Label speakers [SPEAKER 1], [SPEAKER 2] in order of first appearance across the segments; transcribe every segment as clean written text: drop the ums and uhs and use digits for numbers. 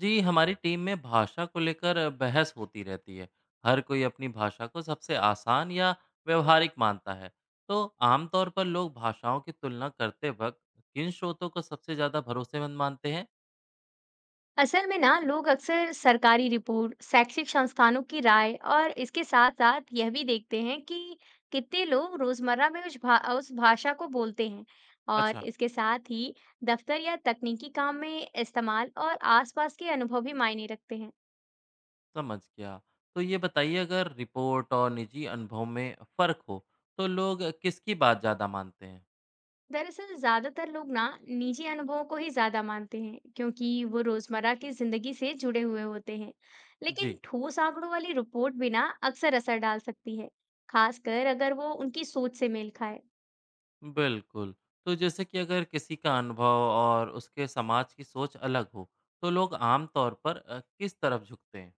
[SPEAKER 1] जी, हमारी टीम में भाषा को लेकर बहस होती रहती है। हर कोई अपनी भाषा को सबसे आसान या व्यवहारिक मानता है। तो आमतौर पर लोग भाषाओं की तुलना करते वक्त किन स्रोतों को सबसे ज़्यादा भरोसेमंद मानते हैं?
[SPEAKER 2] असल में ना लोग अक्सर सरकारी रिपोर्ट, शैक्षिक संस्थानों की राय और इसके साथ साथ यह भी देखते हैं कि कितने लोग रोजमर्रा में उस भाषा को बोलते हैं। और
[SPEAKER 1] अच्छा,
[SPEAKER 2] इसके साथ ही दफ्तर या तकनीकी काम में इस्तेमाल और आसपास के अनुभव भी मायने रखते हैं।
[SPEAKER 1] समझ गया। तो ये बताइए, अगर रिपोर्ट और निजी अनुभव में फ़र्क हो तो लोग किसकी बात ज़्यादा मानते हैं?
[SPEAKER 2] दरअसल ज्यादातर लोग ना निजी अनुभवों को ही ज्यादा मानते हैं, क्योंकि वो रोजमर्रा की जिंदगी से जुड़े हुए होते हैं।
[SPEAKER 1] जी,
[SPEAKER 2] लेकिन ठोस आंकड़ों वाली रिपोर्ट भी ना अक्सर असर डाल सकती है, खासकर अगर वो उनकी सोच से मेल खाए।
[SPEAKER 1] बिल्कुल। तो जैसे कि अगर किसी का अनुभव और उसके समाज की सोच अलग हो तो लोग आमतौर पर किस तरफ झुकते हैं?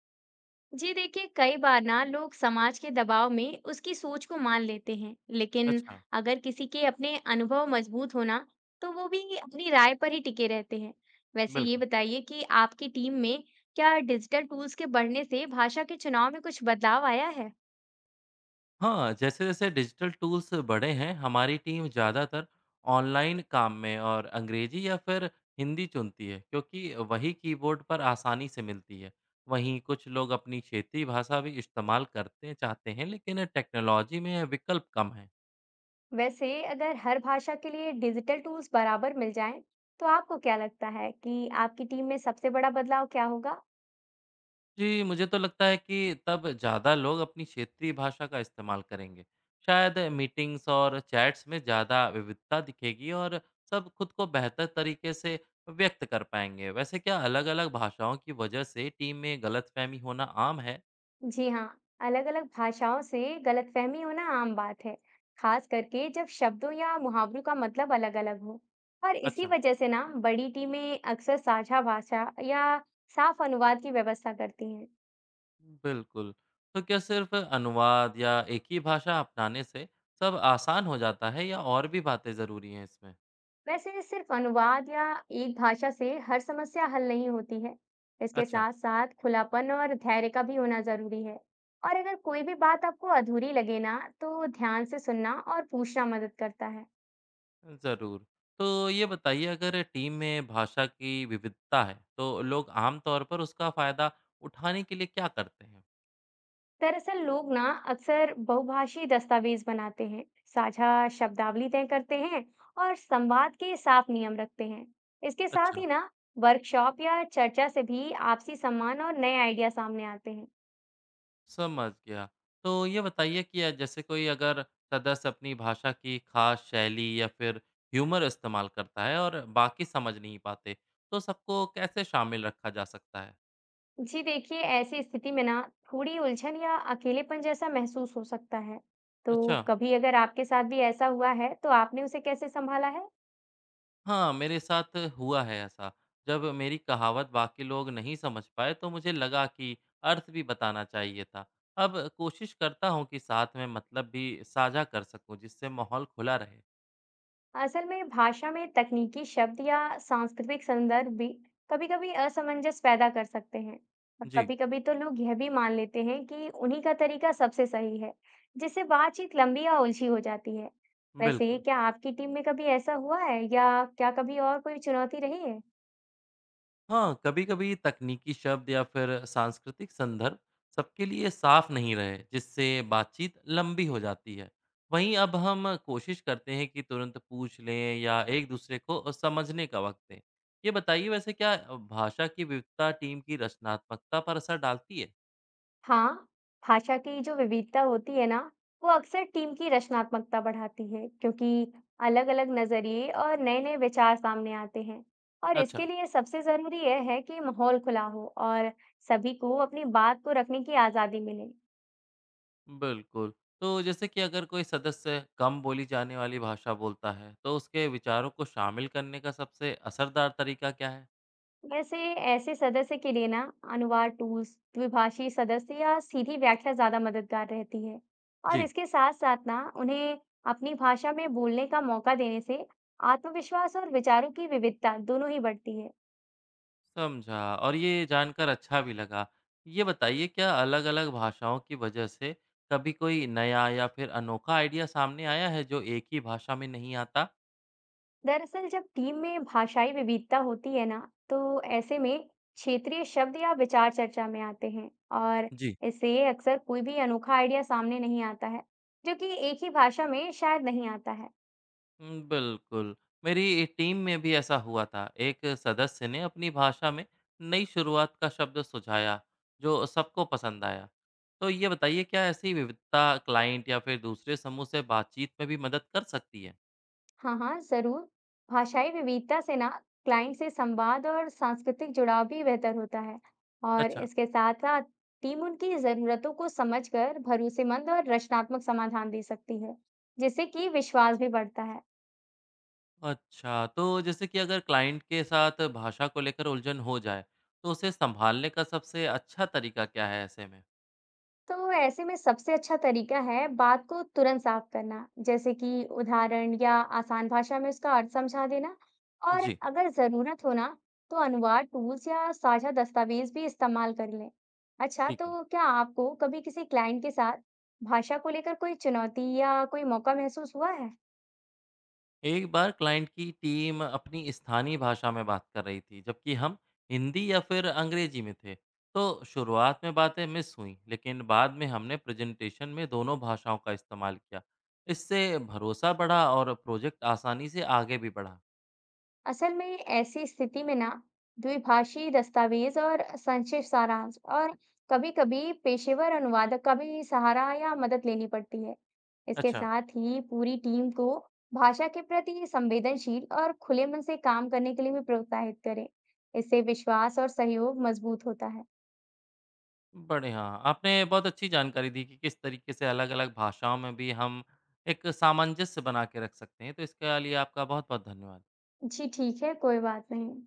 [SPEAKER 2] जी देखिए, कई बार ना लोग समाज के दबाव में उसकी सोच को मान लेते हैं, लेकिन
[SPEAKER 1] अच्छा,
[SPEAKER 2] अगर किसी के अपने अनुभव मजबूत होना तो वो भी अपनी राय पर ही टिके रहते हैं। वैसे ये
[SPEAKER 1] बिल्कुल।
[SPEAKER 2] बताइए कि आपकी टीम में क्या डिजिटल टूल्स के बढ़ने से भाषा के चुनाव में कुछ बदलाव आया है।
[SPEAKER 1] हाँ, जैसे-जैसे डिजिटल टूल्स बढ़े हैं, हमारी टीम ज़्यादातर ऑनलाइन काम में और अंग्रेजी या फिर हिंदी चुनती है, क्योंकि वही कीबोर्ड पर आसानी से मिलती है। वहीं कुछ लोग अपनी क्षेत्रीय भाषा भी इस्तेमाल करते चाहते हैं, लेकिन टेक्नोलॉजी में विकल्प कम हैं।
[SPEAKER 2] वैसे अगर हर भाषा के लिए डिजिटल टूल्स बराबर मिल जाएं, तो आपको क्या लगता है कि आपकी टीम में सबसे बड़ा बदलाव क्या होगा।
[SPEAKER 1] जी, मुझे तो लगता है कि तब ज़्यादा लोग अपनी क्षेत्रीय भाषा का इस्तेमाल करेंगे। शायद मीटिंग्स और चैट्स में ज़्यादा विविधता दिखेगी और सब खुद को बेहतर तरीके से व्यक्त कर पाएँगे। वैसे क्या अलग-अलग भाषाओं की वजह से टीम में गलतफ़हमी होना आम है?
[SPEAKER 2] जी हाँ, अलग-अलग भाषाओं से गलतफहमी होना आम बात है, खास करके जब शब्दों या मुहावरों का मतलब अलग-अलग हो। और इसी
[SPEAKER 1] अच्छा,
[SPEAKER 2] वजह से ना बड़ी टीमें अक्सर साझा भाषा या साफ अनुवाद की व्यवस्था करती हैं।
[SPEAKER 1] बिल्कुल। तो क्या सिर्फ़ अनुवाद या एक ही भाषा अपनाने से सब आसान हो जाता है या और भी बातें ज़रूरी हैं इसमें?
[SPEAKER 2] वैसे सिर्फ अनुवाद या एक भाषा से हर समस्या हल नहीं होती है। इसके
[SPEAKER 1] अच्छा।
[SPEAKER 2] साथ साथ खुलापन और धैर्य का भी होना जरूरी है। और अगर कोई भी बात आपको अधूरी लगे ना तो ध्यान से सुनना और पूछना मदद करता है।
[SPEAKER 1] ज़रूर। तो ये बताइए, अगर टीम में भाषा की विविधता है, तो लोग आम तौर पर उसका फ़ायदा उठाने के लिए क्या करते हैं?
[SPEAKER 2] दरअसल लोग ना अक्सर बहुभाषी दस्तावेज बनाते हैं, साझा शब्दावली तय करते हैं और संवाद के साफ नियम रखते हैं। इसके साथ
[SPEAKER 1] अच्छा,
[SPEAKER 2] ही ना वर्कशॉप या चर्चा से भी आपसी सम्मान और नए आइडिया सामने आते हैं।
[SPEAKER 1] समझ गया। तो ये बताइए कि जैसे कोई अगर सदस्य अपनी भाषा की ख़ास शैली या फिर ह्यूमर इस्तेमाल करता है और बाकी समझ नहीं पाते, तो सबको कैसे शामिल रखा जा सकता है?
[SPEAKER 2] जी देखिए, ऐसी स्थिति में ना थोड़ी उलझन या अकेलेपन जैसा महसूस हो सकता है। तो
[SPEAKER 1] अच्छा।
[SPEAKER 2] कभी अगर आपके साथ भी ऐसा हुआ है, तो आपने उसे कैसे संभाला है?
[SPEAKER 1] हाँ, मेरे साथ हुआ है ऐसा। जब मेरी कहावत बाकी लोग नहीं समझ पाए तो मुझे लगा कि अर्थ भी बताना चाहिए था। अब कोशिश करता हूँ कि साथ में मतलब भी साझा कर सकूँ जिससे माहौल खुला रहे।
[SPEAKER 2] असल में भाषा में तकनीकी शब्द या सांस्कृतिक संदर्भ भी कभी-कभी असमंजस पैदा कर सकते हैं। और
[SPEAKER 1] जी,
[SPEAKER 2] कभी-कभी तो लोग यह भी मान लेते हैं कि उन्हीं का तरीका सबसे सही है, जिससे बातचीत लंबी या उलझी हो जाती है। वैसे
[SPEAKER 1] बिल्कुल।
[SPEAKER 2] क्या आपकी टीम में कभी ऐसा हुआ है या क्या कभी और कोई चुनौती रही है?
[SPEAKER 1] हाँ, कभी-कभी तकनीकी शब्द या फिर सांस्कृतिक संदर्भ सबके लिए साफ नहीं रहे, जिससे बातचीत लंबी हो जाती है। वहीं अब हम कोशिश करते हैं कि तुरंत पूछ लें या एक दूसरे को समझने का वक्त दें। ये बताइए, वैसे क्या भाषा की विविधता टीम की रचनात्मकता पर असर डालती है?
[SPEAKER 2] हाँ, भाषा की जो विविधता होती है ना, वो अक्सर टीम की रचनात्मकता बढ़ाती है, क्योंकि अलग-अलग नजरिए और नए-नए विचार सामने आते हैं। और इसके
[SPEAKER 1] अच्छा।
[SPEAKER 2] लिए सबसे जरूरी यह है कि माहौल खुला हो और सभी को अपनी बात को रखने की आजादी मिले।
[SPEAKER 1] बिल्कुल। तो जैसे कि अगर कोई सदस्य कम बोली जाने वाली भाषा बोलता है तो उसके विचारों को शामिल करने का सबसे असरदार तरीका क्या है?
[SPEAKER 2] वैसे ऐसे सदस्य के लिए ना अनुवाद टूल्स, द्विभाषी सदस्य या सीधी व्याख्या ज्यादा मददगार रहती है। और
[SPEAKER 1] जी।
[SPEAKER 2] इसके साथ साथ ना उन्हें अपनी भाषा में बोलने का मौका देने से आत्मविश्वास और विचारों की विविधता दोनों ही बढ़ती है।
[SPEAKER 1] समझा, और ये जानकर अच्छा भी लगा। ये बताइए, क्या अलग-अलग भाषाओं की वजह से कभी कोई नया या फिर अनोखा आइडिया सामने आया है जो एक ही भाषा में नहीं आता?
[SPEAKER 2] दरअसल जब टीम में भाषाई विविधता होती है ना, तो ऐसे में क्षेत्रीय शब्द या विचार चर्चा में आते हैं। और
[SPEAKER 1] जी,
[SPEAKER 2] इससे अक्सर कोई भी अनोखा आइडिया सामने नहीं आता है, जो कि एक ही भाषा में शायद नहीं आता है।
[SPEAKER 1] हुँ, बिल्कुल। मेरी टीम में भी ऐसा हुआ था। एक सदस्य ने अपनी भाषा में नई शुरुआत का शब्द सुझाया जो सबको पसंद आया। तो ये बताइए, क्या ऐसी विविधता क्लाइंट या फिर दूसरे समूह से बातचीत में भी मदद कर सकती है?
[SPEAKER 2] हाँ हाँ जरूर, भाषाई विविधता से ना क्लाइंट से संवाद और सांस्कृतिक जुड़ाव भी बेहतर होता है। और
[SPEAKER 1] अच्छा।
[SPEAKER 2] इसके साथ साथ टीम उनकी जरूरतों को समझकर भरोसेमंद और रचनात्मक समाधान दे सकती है, जिससे कि विश्वास भी बढ़ता है।
[SPEAKER 1] अच्छा, तो जैसे कि अगर क्लाइंट के साथ भाषा को लेकर उलझन हो जाए, तो उसे सँभालने का सबसे अच्छा तरीका क्या है ऐसे में?
[SPEAKER 2] तो ऐसे में सबसे अच्छा तरीका है बात को तुरंत साफ करना, जैसे कि उदाहरण या आसान भाषा में उसका अर्थ समझा देना। और
[SPEAKER 1] जी,
[SPEAKER 2] अगर जरूरत हो ना, तो अनुवाद टूल्स या साझा दस्तावेज भी इस्तेमाल कर लें। अच्छा,
[SPEAKER 1] ठीक है।
[SPEAKER 2] तो क्या आपको कभी किसी क्लाइंट के साथ भाषा को लेकर कोई चुनौती या कोई मौका महसूस हुआ है?
[SPEAKER 1] एक बार क्लाइंट की टीम अपनी स्थानीय भाषा में बात कर रही थी, जबकि हम हिंदी या फिर अंग्रेजी में थे। तो शुरुआत में बातें मिस हुईं, लेकिन बाद में हमने प्रेज़ेंटेशन में दोनों भाषाओं का इस्तेमाल किया। इससे भरोसा बढ़ा और प्रोजेक्ट आसानी से आगे भी बढ़ा।
[SPEAKER 2] असल में ऐसी स्थिति में ना द्विभाषी दस्तावेज और संक्षिप्त सारांश और कभी-कभी पेशेवर अनुवादक का भी सहारा या मदद लेनी पड़ती है। इसके
[SPEAKER 1] अच्छा।
[SPEAKER 2] साथ ही पूरी टीम को भाषा के प्रति संवेदनशील और खुले मन से काम करने के लिए भी प्रोत्साहित करें। इससे विश्वास और सहयोग मजबूत होता है।
[SPEAKER 1] बढ़िया। आपने बहुत अच्छी जानकारी दी कि किस तरीके से अलग-अलग भाषाओं में भी हम एक सामंजस्य बना के रख सकते हैं। तो इसके लिए आपका बहुत-बहुत धन्यवाद।
[SPEAKER 2] जी ठीक है, कोई बात नहीं।